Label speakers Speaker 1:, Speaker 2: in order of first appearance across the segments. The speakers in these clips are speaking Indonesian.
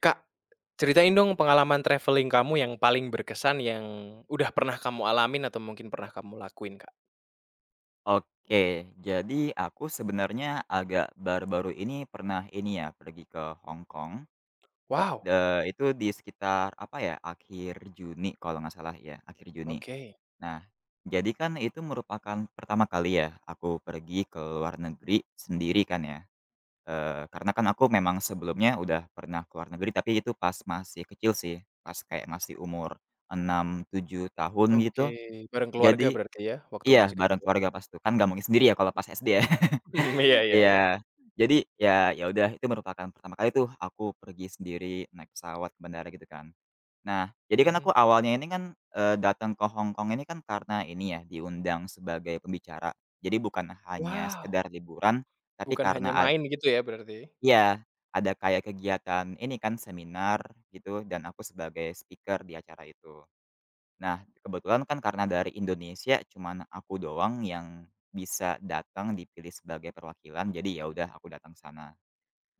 Speaker 1: Kak, ceritain dong pengalaman traveling kamu yang paling berkesan yang udah pernah kamu alamin atau mungkin pernah kamu lakuin, Kak?
Speaker 2: Oke, jadi aku sebenarnya agak baru-baru ini pernah ini ya, pergi ke Hong Kong,
Speaker 1: Wow,
Speaker 2: itu di sekitar apa ya, akhir Juni kalau nggak salah ya, akhir Juni.
Speaker 1: oke,
Speaker 2: Nah, jadi kan itu merupakan pertama kali ya aku pergi ke luar negeri sendiri kan ya, karena kan aku memang sebelumnya udah pernah ke luar negeri, tapi itu pas masih kecil sih, pas kayak masih umur 6 7 tahun
Speaker 1: oke,
Speaker 2: gitu.
Speaker 1: bareng keluarga
Speaker 2: Jadi
Speaker 1: berarti ya waktu
Speaker 2: Iya,
Speaker 1: masih
Speaker 2: bareng
Speaker 1: kecil?
Speaker 2: keluarga pas itu, kan nggak mungkin sendiri ya kalau pas SD ya.
Speaker 1: Iya, iya, iya.
Speaker 2: Iya, jadi ya ya udah itu merupakan pertama kali tuh aku pergi sendiri naik pesawat ke bandara gitu kan. Nah, jadi kan
Speaker 1: Mhm.
Speaker 2: aku awalnya ini kan, datang ke Hong Kong ini kan karena ini ya diundang sebagai pembicara. Jadi bukan hanya
Speaker 1: Wow,
Speaker 2: sekedar liburan, tapi
Speaker 1: bukan
Speaker 2: karena
Speaker 1: hanya main gitu ya berarti?
Speaker 2: iya, ada kayak kegiatan ini kan seminar gitu dan aku sebagai speaker di acara itu. Nah, kebetulan kan karena dari Indonesia cuman aku doang yang bisa datang dipilih sebagai perwakilan, jadi ya udah aku datang ke sana.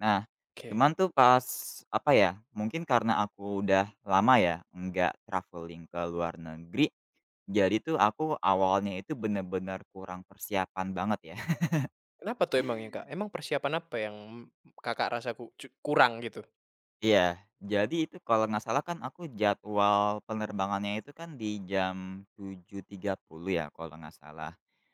Speaker 2: Nah,
Speaker 1: Oke,
Speaker 2: cuman tuh pas, apa ya, mungkin karena aku udah lama ya nggak traveling ke luar negeri, jadi tuh aku awalnya itu bener-bener kurang persiapan banget ya.
Speaker 1: kenapa tuh emangnya, Kak? Emang persiapan apa yang Kakak rasa ku cu kurang gitu?
Speaker 2: Iya, jadi itu kalau nggak salah kan aku jadwal penerbangannya itu kan di jam 7.30 ya kalau nggak salah.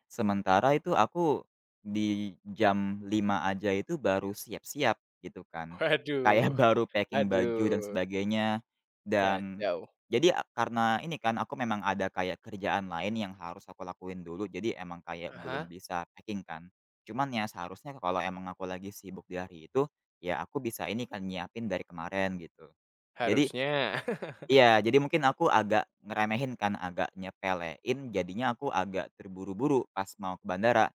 Speaker 2: Sementara itu aku di jam 5 aja itu baru siap-siap gitu kan. Kayak
Speaker 1: Waduh,
Speaker 2: baru packing baju dan
Speaker 1: waduh,
Speaker 2: sebagainya dan
Speaker 1: kacau.
Speaker 2: jadi karena ini kan aku memang ada kayak kerjaan lain yang harus aku lakuin dulu jadi emang kayak
Speaker 1: Ah hah,
Speaker 2: belum bisa packing kan. Cuman ya seharusnya kalau emang aku lagi sibuk di hari itu ya aku bisa ini kan, nyiapin dari kemarin gitu. Jadi
Speaker 1: harusnya.
Speaker 2: iya, jadi mungkin aku agak ngeremehin kan, agak nyepelein, jadinya aku agak terburu-buru pas mau ke bandara.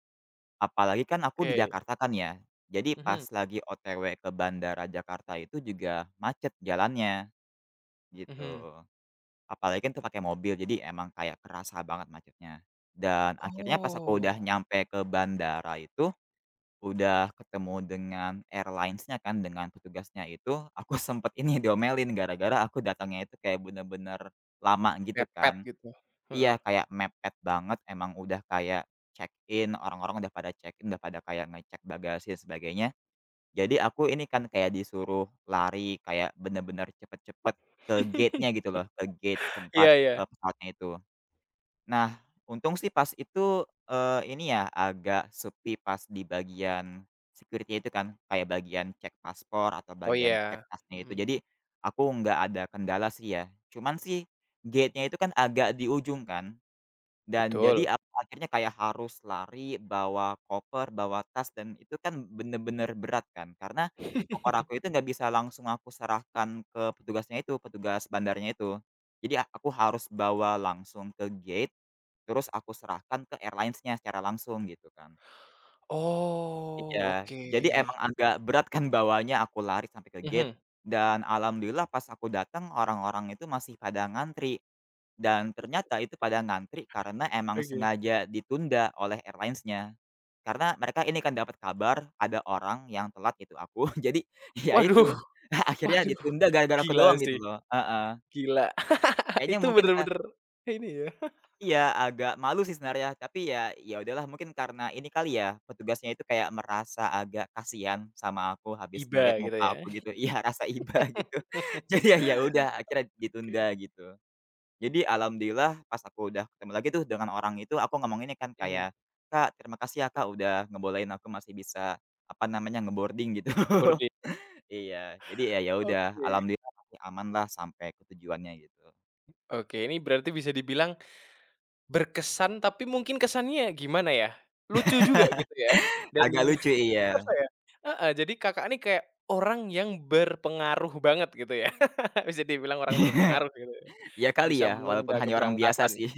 Speaker 2: Apalagi kan aku di
Speaker 1: Oke,
Speaker 2: Jakarta kan ya, jadi pas
Speaker 1: mhm,
Speaker 2: lagi OTW ke bandara Jakarta itu juga macet jalannya, gitu.
Speaker 1: mhm.
Speaker 2: Apalagi kan itu pakai mobil, jadi emang kayak kerasa banget macetnya. Dan akhirnya pas aku udah
Speaker 1: Oh.
Speaker 2: nyampe ke bandara itu udah ketemu dengan airlines-nya kan, dengan petugasnya itu, aku sempet ini diomelin gara-gara aku datangnya itu kayak bener-bener lama gitu
Speaker 1: Mepet
Speaker 2: kan.
Speaker 1: gitu, heeh.
Speaker 2: Iya, kayak mepet banget, emang udah kayak check-in, orang-orang udah pada check-in, udah pada kayak ngecek bagasi dan sebagainya. Jadi aku ini kan kayak disuruh lari, kayak bener-bener cepet-cepet ke gate-nya gitu loh, ke gate
Speaker 1: Iya,
Speaker 2: tempat,
Speaker 1: iya.
Speaker 2: pesawatnya itu. Nah, untung sih pas itu, ini ya, agak sepi pas di bagian security itu kan, kayak bagian cek paspor atau
Speaker 1: Oh
Speaker 2: bagian
Speaker 1: iya,
Speaker 2: cek tasnya itu.
Speaker 1: mhm.
Speaker 2: Jadi, aku nggak ada kendala sih ya. Cuman sih, gate-nya itu kan agak di ujung kan, dan
Speaker 1: Betul.
Speaker 2: jadi aku akhirnya kayak harus lari, bawa koper, bawa tas, dan itu kan bener-bener berat kan. Karena koper aku itu nggak bisa langsung aku serahkan ke petugasnya itu, petugas bandarnya itu. Jadi, aku harus bawa langsung ke gate, terus aku serahkan ke airlines-nya secara langsung gitu kan.
Speaker 1: Oh,
Speaker 2: Iya.
Speaker 1: oke.
Speaker 2: Jadi emang agak berat kan bawanya, aku lari sampai ke gate
Speaker 1: Mhm,
Speaker 2: dan alhamdulillah pas aku datang orang-orang itu masih pada ngantri dan ternyata itu pada ngantri karena emang
Speaker 1: oke.
Speaker 2: sengaja ditunda oleh airlines-nya. Karena mereka ini kan dapat kabar ada orang yang telat gitu aku, jadi ya itu,
Speaker 1: Waduh,
Speaker 2: akhirnya
Speaker 1: waduh.
Speaker 2: ditunda gara-gara aku
Speaker 1: Gila
Speaker 2: doang gitu
Speaker 1: sih,
Speaker 2: loh, heeh.
Speaker 1: gila.
Speaker 2: Kayaknya
Speaker 1: Itu
Speaker 2: mungkin
Speaker 1: bener-bener ini ya,
Speaker 2: iya, agak malu sih sebenarnya, tapi ya udahlah mungkin karena ini kali ya, petugasnya itu kayak merasa agak kasihan sama aku habis ngelihat
Speaker 1: iba gitu
Speaker 2: muka
Speaker 1: ya.
Speaker 2: aku gitu, iya rasa iba gitu. Jadi ya udah akhirnya ditunda
Speaker 1: Oke.
Speaker 2: gitu. Jadi alhamdulillah pas aku udah ketemu lagi tuh dengan orang itu aku ngomong ini kan
Speaker 1: Mhm,
Speaker 2: kayak, "Kak, terima kasih ya Kak udah ngebolehin aku masih bisa, apa namanya, ngeboarding gitu."
Speaker 1: gorden.
Speaker 2: Iya, jadi ya udah
Speaker 1: Oke.
Speaker 2: alhamdulillah masih aman lah sampai ke tujuannya gitu.
Speaker 1: Oke, ini berarti bisa dibilang berkesan, tapi mungkin kesannya gimana ya, lucu juga gitu ya, dan
Speaker 2: Agak lucu, iya.
Speaker 1: apa ya? Heeh, jadi Kakak ini kayak orang yang berpengaruh banget gitu ya, bisa dibilang orang berpengaruh gitu ya,
Speaker 2: Iya kali
Speaker 1: bisa
Speaker 2: ya, walaupun
Speaker 1: menunda
Speaker 2: hanya orang biasa
Speaker 1: keberangkatan.
Speaker 2: sih.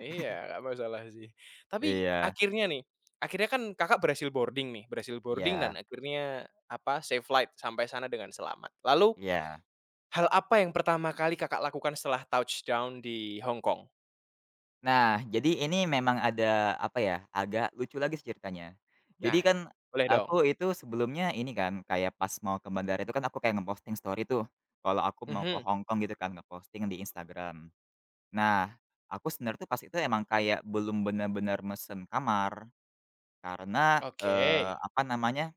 Speaker 1: Iya, nggak masalah sih. Tapi
Speaker 2: Iya,
Speaker 1: akhirnya nih, akhirnya kan Kakak berhasil boarding nih, berhasil boarding, dan
Speaker 2: iya,
Speaker 1: akhirnya apa, safe flight sampai sana dengan selamat. Lalu
Speaker 2: iya.
Speaker 1: hal apa yang pertama kali Kakak lakukan setelah touchdown di Hong Kong?
Speaker 2: Nah, jadi ini memang ada, apa ya, agak lucu lagi sih ceritanya. Jadi
Speaker 1: Nah,
Speaker 2: kan
Speaker 1: boleh dong.
Speaker 2: aku itu sebelumnya ini kan, kayak pas mau ke bandara itu kan aku kayak ngeposting story tuh, kalau aku mau ke
Speaker 1: Mhm,
Speaker 2: Hong Kong gitu kan, ngeposting di Instagram. Nah, aku sebenarnya tuh pas itu emang kayak belum benar-benar mesen kamar, karena,
Speaker 1: oke.
Speaker 2: apa namanya,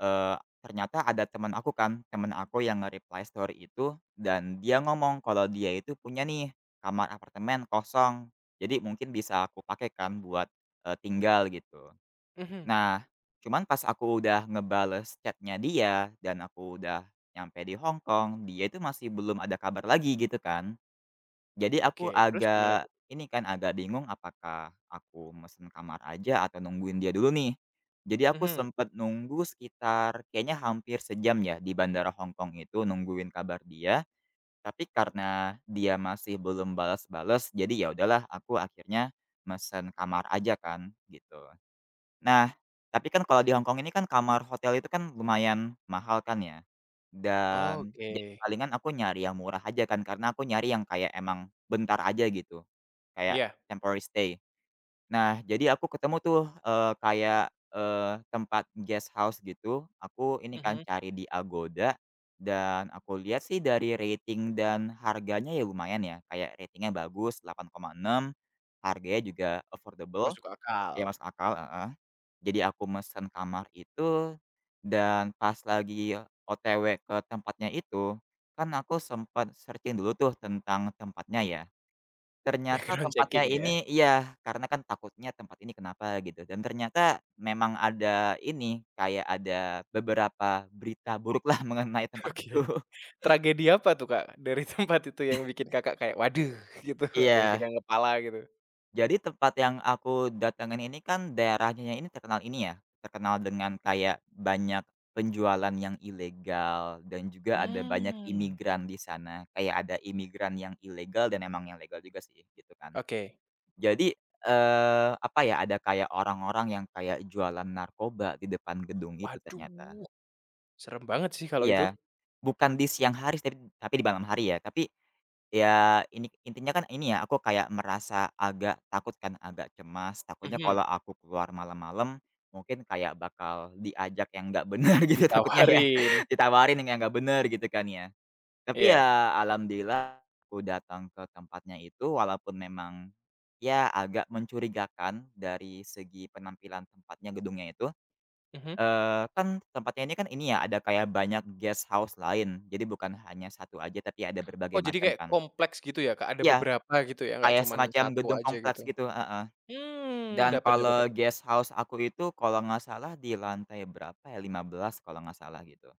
Speaker 2: Ternyata ada teman aku kan, teman aku yang nge-reply story itu dan dia ngomong kalau dia itu punya nih kamar apartemen kosong. Jadi mungkin bisa aku pakai kan buat, tinggal gitu.
Speaker 1: Mhm,
Speaker 2: Nah, cuman pas aku udah ngebales chatnya dia dan aku udah nyampe di Hong Kong, dia itu masih belum ada kabar lagi gitu kan. Jadi aku
Speaker 1: oke, terus gimana
Speaker 2: agak
Speaker 1: tuh?
Speaker 2: ini kan, agak bingung apakah aku mesen kamar aja atau nungguin dia dulu nih. Jadi aku
Speaker 1: Mhm,
Speaker 2: sempet nunggu sekitar kayaknya hampir 1 jam ya di bandara Hong Kong itu nungguin kabar dia, tapi karena dia masih belum balas-balas, jadi ya udahlah aku akhirnya mesen kamar aja kan, gitu. Nah, tapi kan kalau di Hong Kong ini kan kamar hotel itu kan lumayan mahal kan ya? Dan ya
Speaker 1: oke,
Speaker 2: palingan aku nyari yang murah aja kan, karena aku nyari yang kayak emang bentar aja gitu, kayak
Speaker 1: iya,
Speaker 2: temporary stay. Nah, jadi aku ketemu tuh, kayak, tempat guest house gitu, aku ini kan
Speaker 1: mhm.
Speaker 2: cari di Agoda dan aku lihat sih dari rating dan harganya ya lumayan ya, kayak ratingnya bagus 8,6, harganya juga affordable,
Speaker 1: Masuk
Speaker 2: ya
Speaker 1: akal,
Speaker 2: masuk akal, jadi aku mesen kamar itu, dan pas lagi OTW ke tempatnya itu, kan aku sempat searching dulu tuh tentang tempatnya ya. Ternyata
Speaker 1: background
Speaker 2: tempatnya
Speaker 1: checking ya,
Speaker 2: ini iya, karena kan takutnya tempat ini kenapa gitu, dan ternyata memang ada ini, kayak ada beberapa berita buruk lah mengenai tempat
Speaker 1: oke.
Speaker 2: itu.
Speaker 1: Tragedi apa tuh, Kak, dari tempat itu yang bikin Kakak kayak, "Waduh," gitu, ada yang
Speaker 2: Iya.
Speaker 1: pegang kepala gitu?
Speaker 2: Jadi tempat yang aku datengin ini kan daerahnya ini terkenal ini ya, terkenal dengan kayak banyak penjualan yang ilegal dan juga ada banyak
Speaker 1: Mmm,
Speaker 2: imigran di sana. Kayak ada imigran yang ilegal dan emang yang legal juga sih, gitu kan.
Speaker 1: oke.
Speaker 2: Jadi, apa ya, ada kayak orang-orang yang kayak jualan narkoba di depan gedung itu ternyata.
Speaker 1: Waduh, serem banget sih kalau itu.
Speaker 2: Iya, bukan di siang hari tapi di malam hari ya, tapi ya, ini intinya kan ini ya, aku kayak merasa agak takut kan, agak cemas, takutnya kalau
Speaker 1: Mhm,
Speaker 2: aku keluar malam-malam, mungkin kayak bakal diajak yang nggak benar gitu takutnya ya,
Speaker 1: ditawarin,
Speaker 2: ditawarin yang nggak benar gitu kan ya. Tapi
Speaker 1: iya,
Speaker 2: ya alhamdulillah aku datang ke tempatnya itu walaupun memang, ya agak mencurigakan dari segi penampilan tempatnya, gedungnya itu,
Speaker 1: mhm.
Speaker 2: kan tempatnya ini kan ini ya, ada kayak banyak guest house lain, jadi bukan hanya satu aja tapi ada
Speaker 1: Oh,
Speaker 2: berbagai
Speaker 1: jadi
Speaker 2: macam
Speaker 1: kayak
Speaker 2: kan.
Speaker 1: kompleks gitu ya, Kak, ada
Speaker 2: Iya.
Speaker 1: beberapa gitu ya, nggak
Speaker 2: Kayak
Speaker 1: cuman
Speaker 2: semacam
Speaker 1: satu
Speaker 2: gedung
Speaker 1: aja
Speaker 2: kompleks
Speaker 1: gitu?
Speaker 2: gitu, heeh.
Speaker 1: Mmm,
Speaker 2: Dan
Speaker 1: dapat, dapat,
Speaker 2: kalau
Speaker 1: dapat,
Speaker 2: guest house aku itu kalau nggak salah di lantai berapa ya, 15 kalau nggak salah gitu.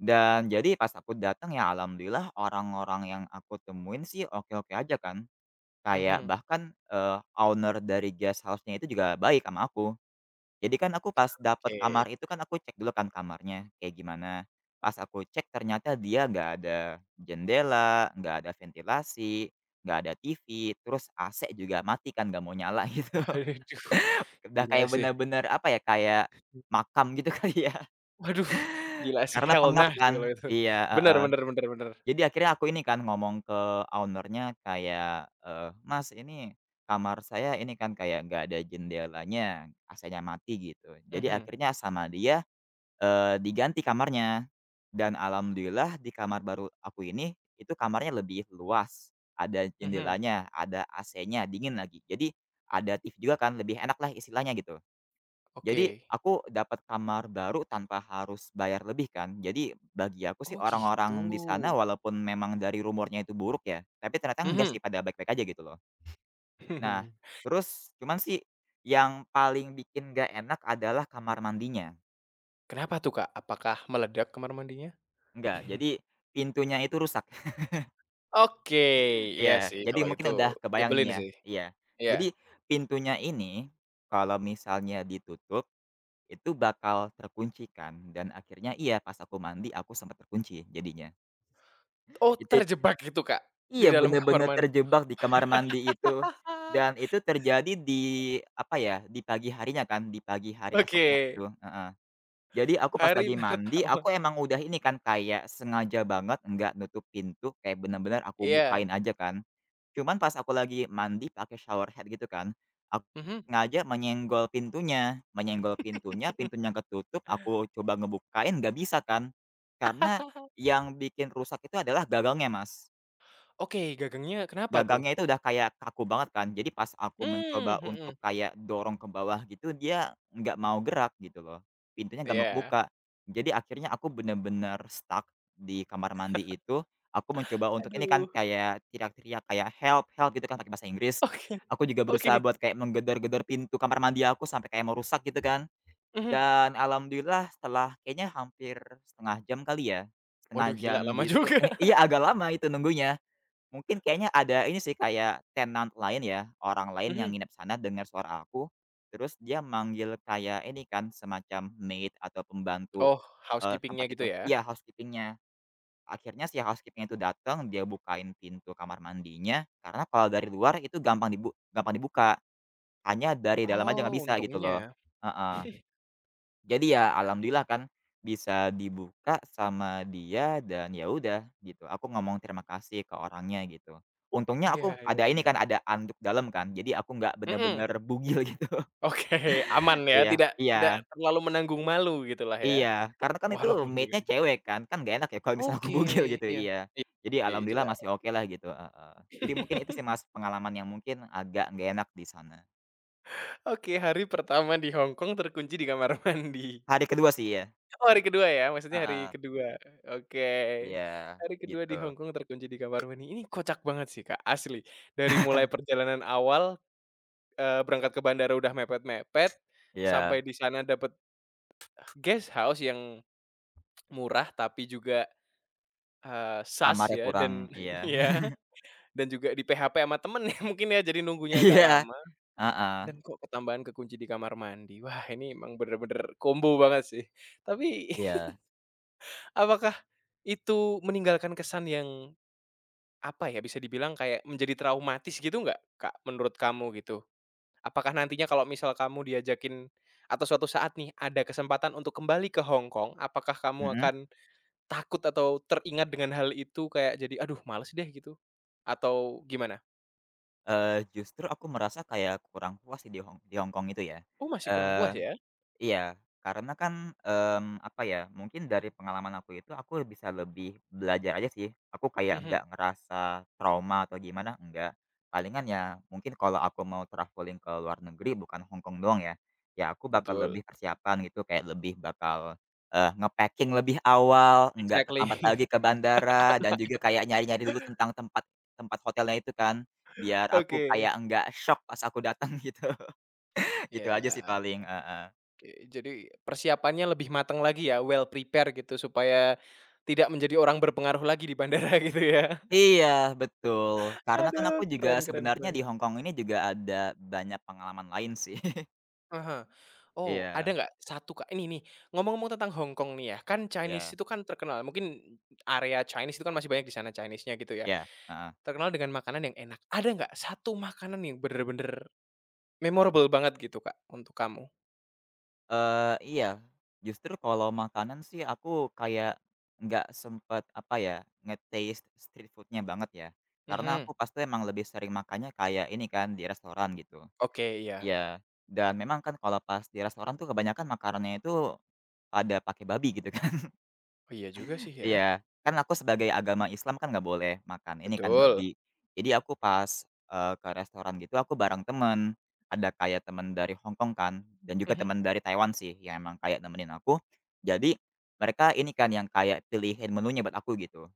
Speaker 2: Dan jadi pas aku datang ya alhamdulillah orang-orang yang aku temuin sih oke-oke aja kan. Kayak
Speaker 1: mhm,
Speaker 2: bahkan, owner dari guest house-nya itu juga baik sama aku. Jadi kan aku pas dapet
Speaker 1: oke.
Speaker 2: kamar itu kan aku cek dulu kan kamarnya kayak gimana. Pas aku cek ternyata dia nggak ada jendela, nggak ada ventilasi, nggak ada TV, terus AC juga mati kan nggak mau nyala gitu.
Speaker 1: Waduh,
Speaker 2: Udah
Speaker 1: gila
Speaker 2: kayak
Speaker 1: sih,
Speaker 2: bener-bener apa ya, kayak makam gitu kali ya,
Speaker 1: waduh, gila sih,
Speaker 2: karena
Speaker 1: hell
Speaker 2: pengap
Speaker 1: nah sih
Speaker 2: kan.
Speaker 1: kalau itu.
Speaker 2: Iya,
Speaker 1: Bener,
Speaker 2: heeh.
Speaker 1: bener, bener, bener.
Speaker 2: Jadi akhirnya aku ini kan ngomong ke ownernya kayak, "Mas ini kamar saya ini kan kayak nggak ada jendelanya, AC-nya mati," gitu. Jadi
Speaker 1: Mhm,
Speaker 2: akhirnya sama dia diganti kamarnya, dan alhamdulillah di kamar baru aku ini, itu kamarnya lebih luas, ada
Speaker 1: mhm,
Speaker 2: jendelanya, ada AC-nya, dingin lagi. Jadi, ada TV juga kan, lebih enak lah istilahnya gitu. Jadi,
Speaker 1: oke.
Speaker 2: aku dapat kamar baru tanpa harus bayar lebih kan. Jadi, bagi aku sih
Speaker 1: Oh gitu,
Speaker 2: orang-orang di sana walaupun memang dari rumornya itu buruk ya, tapi ternyata enggak
Speaker 1: mhm.
Speaker 2: sih, pada baik-baik aja gitu loh. Nah, terus cuman sih yang paling bikin nggak enak adalah kamar mandinya.
Speaker 1: Kenapa tuh, Kak? Apakah meledak kamar mandinya?
Speaker 2: Enggak, jadi pintunya itu rusak.
Speaker 1: Oke, iya
Speaker 2: Iya,
Speaker 1: sih
Speaker 2: jadi
Speaker 1: kalau itu
Speaker 2: mungkin udah kebayang nih
Speaker 1: nyebelin
Speaker 2: ya,
Speaker 1: sih,
Speaker 2: iya.
Speaker 1: iya.
Speaker 2: Jadi pintunya ini kalau misalnya ditutup itu bakal terkunci kan dan akhirnya iya pas aku mandi aku sempat terkunci jadinya.
Speaker 1: Oh
Speaker 2: Itu
Speaker 1: terjebak gitu, Kak, di
Speaker 2: iya
Speaker 1: dalam kamar
Speaker 2: bener-bener
Speaker 1: mandi?
Speaker 2: terjebak di kamar mandi itu dan itu terjadi di apa ya, di pagi harinya kan, di pagi hari
Speaker 1: Oke,
Speaker 2: esoknya itu, heeh. Jadi aku pas
Speaker 1: hari
Speaker 2: lagi mandi
Speaker 1: pertama,
Speaker 2: aku emang udah ini kan kayak sengaja banget nggak nutup pintu kayak bener-bener aku
Speaker 1: iya,
Speaker 2: bukain aja kan. Cuman pas aku lagi mandi pakai shower head gitu kan, aku
Speaker 1: mhm.
Speaker 2: sengaja menyenggol pintunya. Menyenggol pintunya, pintunya ketutup, aku coba ngebukain nggak bisa kan. Karena yang bikin rusak itu adalah gagalnya, Mas.
Speaker 1: Oke, gagangnya kenapa tuh?
Speaker 2: Gagangnya itu udah kayak kaku banget kan, jadi pas aku
Speaker 1: Hmm,
Speaker 2: mencoba
Speaker 1: mhm,
Speaker 2: untuk kayak dorong ke bawah gitu, dia nggak mau gerak gitu loh, pintunya nggak mau
Speaker 1: iya.
Speaker 2: kebuka. Jadi akhirnya aku bener-bener stuck di kamar mandi itu, aku mencoba untuk ini
Speaker 1: Aduh,
Speaker 2: kan kayak teriak-teriak kayak, "Help help!" gitu kan pakai bahasa Inggris.
Speaker 1: oke,
Speaker 2: Aku juga
Speaker 1: oke,
Speaker 2: berusaha buat kayak menggedor-gedor pintu kamar mandi aku sampai kayak mau rusak gitu kan,
Speaker 1: mhm.
Speaker 2: dan alhamdulillah setelah kayaknya hampir setengah jam kali ya, setengah
Speaker 1: Waduh, gila
Speaker 2: jam
Speaker 1: lama
Speaker 2: gitu
Speaker 1: juga.
Speaker 2: iya agak lama itu nunggunya. Mungkin kayaknya ada ini sih, kayak tenant lain ya, orang lain yang
Speaker 1: Mhm,
Speaker 2: nginep sana dengar suara aku, terus dia manggil kayak ini kan, semacam maid atau pembantu,
Speaker 1: oh, housekeepingnya
Speaker 2: tempat itu
Speaker 1: gitu ya?
Speaker 2: iya, housekeeping-nya. Akhirnya si housekeeping itu datang, dia bukain pintu kamar mandinya, karena kalau dari luar itu gampang dibuka, hanya dari dalam aja
Speaker 1: Oh,
Speaker 2: nggak bisa gitu loh.
Speaker 1: untungnya.
Speaker 2: Heeh.
Speaker 1: Ya.
Speaker 2: Jadi ya alhamdulillah kan bisa dibuka sama dia dan ya udah gitu, aku ngomong terima kasih ke orangnya gitu. Untungnya
Speaker 1: Iya,
Speaker 2: aku ada
Speaker 1: iya,
Speaker 2: ini
Speaker 1: iya.
Speaker 2: kan, ada anduk dalam kan, jadi aku nggak
Speaker 1: Mhm,
Speaker 2: bener-bener bugil gitu.
Speaker 1: oke, aman ya,
Speaker 2: Iya
Speaker 1: tidak,
Speaker 2: iya
Speaker 1: tidak terlalu menanggung malu gitulah ya,
Speaker 2: iya, karena kan itu
Speaker 1: walaupun juga
Speaker 2: maid-nya
Speaker 1: ini
Speaker 2: cewek kan, kan nggak enak ya kalau misalnya aku
Speaker 1: oke,
Speaker 2: bugil gitu,
Speaker 1: iya.
Speaker 2: iya.
Speaker 1: I
Speaker 2: Jadi
Speaker 1: i
Speaker 2: alhamdulillah masih
Speaker 1: jelas.
Speaker 2: oke lah gitu, heeh. Jadi mungkin itu sih Mas pengalaman yang mungkin agak nggak enak di sana.
Speaker 1: Oke, hari pertama di Hong Kong terkunci di kamar mandi.
Speaker 2: Hari kedua sih ya.
Speaker 1: Oh, hari kedua ya, maksudnya hari
Speaker 2: Heeh,
Speaker 1: kedua, oke.
Speaker 2: iya
Speaker 1: Hari kedua
Speaker 2: gitu.
Speaker 1: di Hong Kong terkunci di kamar mandi, ini kocak banget sih, Kak, asli. Dari mulai perjalanan awal, berangkat ke bandara udah mepet-mepet,
Speaker 2: Iya,
Speaker 1: sampai di sana dapet guest house yang murah tapi juga, sas
Speaker 2: kamarnya
Speaker 1: ya,
Speaker 2: kurang
Speaker 1: dan
Speaker 2: iya.
Speaker 1: ya dan juga di-PHP sama temen ya mungkin ya, jadi nunggunya agak
Speaker 2: Iya.
Speaker 1: lama
Speaker 2: Heeh.
Speaker 1: dan kok ketambahan kekunci di kamar mandi. Wah, ini emang bener-bener combo banget sih. Tapi
Speaker 2: Iya.
Speaker 1: apakah itu meninggalkan kesan yang, apa ya, bisa dibilang kayak menjadi traumatis gitu nggak, Kak, menurut kamu gitu? Apakah nantinya kalau misal kamu diajakin atau suatu saat nih ada kesempatan untuk kembali ke Hong Kong, apakah kamu
Speaker 2: Mhm,
Speaker 1: akan takut atau teringat dengan hal itu kayak jadi, "Aduh males deh," gitu? Atau gimana?
Speaker 2: justru aku merasa kayak kurang puas sih di Hong Kong itu ya,
Speaker 1: Oh masih kurang puas
Speaker 2: eee
Speaker 1: ya?
Speaker 2: iya, karena kan, apa ya, mungkin dari pengalaman aku itu aku bisa lebih belajar aja sih. Aku kayak
Speaker 1: Mhm,
Speaker 2: nggak ngerasa trauma atau gimana, enggak. Palingan ya mungkin kalau aku mau traveling ke luar negeri bukan Hongkong doang ya, ya aku bakal
Speaker 1: betul,
Speaker 2: lebih persiapan gitu, kayak lebih bakal, eee, nge lebih awal, nggak
Speaker 1: exactly.
Speaker 2: terlambat lagi ke bandara, dan juga kayak nyari-nyari dulu tentang tempat tempat hotelnya itu kan, biar aku
Speaker 1: Oke.
Speaker 2: kayak nggak shock pas aku datang gitu. Gitu
Speaker 1: Ya,
Speaker 2: aja sih
Speaker 1: oke,
Speaker 2: paling, heeh.
Speaker 1: oke. Jadi persiapannya lebih matang lagi ya, well prepare gitu supaya tidak menjadi orang berpengaruh lagi di bandara gitu ya?
Speaker 2: Iya, betul. Karena kan
Speaker 1: Aduh,
Speaker 2: aku juga
Speaker 1: keren, keren,
Speaker 2: sebenarnya
Speaker 1: keren.
Speaker 2: di Hong Kong ini juga ada banyak pengalaman lain sih.
Speaker 1: Ah hah. Oh, ada
Speaker 2: Iya
Speaker 1: nggak satu Kak ini nih, ngomong-ngomong tentang Hong Kong nih ya, kan
Speaker 2: iya
Speaker 1: Chinese itu kan terkenal, mungkin area Chinese itu kan masih banyak di sana Chinese-nya gitu ya?
Speaker 2: iya, heeh.
Speaker 1: Terkenal dengan makanan yang enak. Ada nggak satu makanan yang bener-bener memorable banget gitu, Kak, untuk kamu?
Speaker 2: Iya, justru kalau makanan sih aku kayak nggak sempet, apa ya, nge-taste street foodnya banget ya. Karena
Speaker 1: Mhm.
Speaker 2: aku pasti emang lebih sering makannya kayak ini kan, di restoran gitu.
Speaker 1: Oke, iya.
Speaker 2: Iya, dan memang kan kalau pas di restoran tuh kebanyakan makanannya itu pada pakai babi gitu.
Speaker 1: Oh, iya juga sih ya.
Speaker 2: Iya, kan aku sebagai agama Islam kan nggak boleh makan ini kan
Speaker 1: Betul.
Speaker 2: babi. Jadi aku pas, ke restoran gitu aku bareng temen, ada kayak temen dari Hong Kong kan dan juga
Speaker 1: Mhm.
Speaker 2: temen dari Taiwan sih yang emang kayak nemenin aku. Jadi mereka ini kan yang kayak pilihin menunya buat aku gitu.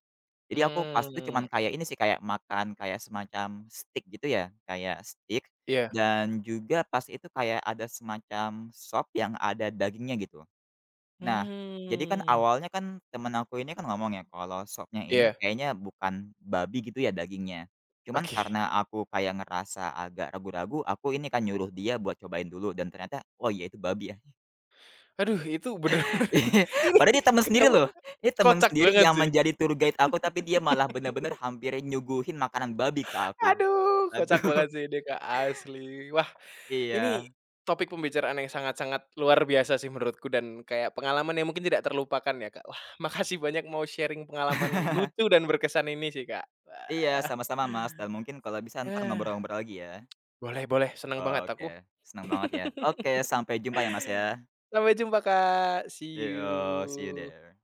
Speaker 2: Jadi aku pas itu cuman
Speaker 1: Mmm,
Speaker 2: kayak ini sih, kayak makan kayak semacam steak gitu ya, kayak steak
Speaker 1: iya.
Speaker 2: dan juga pas itu kayak ada semacam sop yang ada dagingnya gitu. Nah, jadi kan
Speaker 1: Mmm,
Speaker 2: awalnya kan temen aku ini kan ngomong ya kalau sopnya ini
Speaker 1: iya,
Speaker 2: kayaknya bukan babi gitu ya dagingnya. Cuman
Speaker 1: oke.
Speaker 2: karena aku kayak ngerasa agak ragu-ragu, aku ini kan nyuruh dia buat cobain dulu dan ternyata, oh iya itu babi ya.
Speaker 1: Aduh, itu bener-bener ini
Speaker 2: Padahal dia temen sendiri
Speaker 1: kenapa
Speaker 2: loh, ini temen
Speaker 1: kocak
Speaker 2: sendiri
Speaker 1: banget
Speaker 2: yang
Speaker 1: sih.
Speaker 2: menjadi tour guide aku tapi dia malah bener-bener hampir nyuguhin makanan babi ke aku.
Speaker 1: Aduh, kocak
Speaker 2: Aduh,
Speaker 1: banget sih ini, Kak, asli. Wah, ini
Speaker 2: iya.
Speaker 1: topik pembicaraan yang sangat-sangat luar biasa sih menurutku dan kayak pengalaman yang mungkin tidak terlupakan ya, Kak. Wah, makasih banyak mau sharing pengalaman lucu dan berkesan ini sih, Kak.
Speaker 2: Iya,
Speaker 1: Wah.
Speaker 2: sama-sama Mas, dan mungkin kalau bisa ntar ngobrol-ngobrol lagi ya.
Speaker 1: Boleh, boleh, senang banget aku.
Speaker 2: Oke, senang banget ya. Oke, sampai jumpa ya Mas ya.
Speaker 1: Sampai jumpa, Kak. See you.
Speaker 2: Yeah, see you there.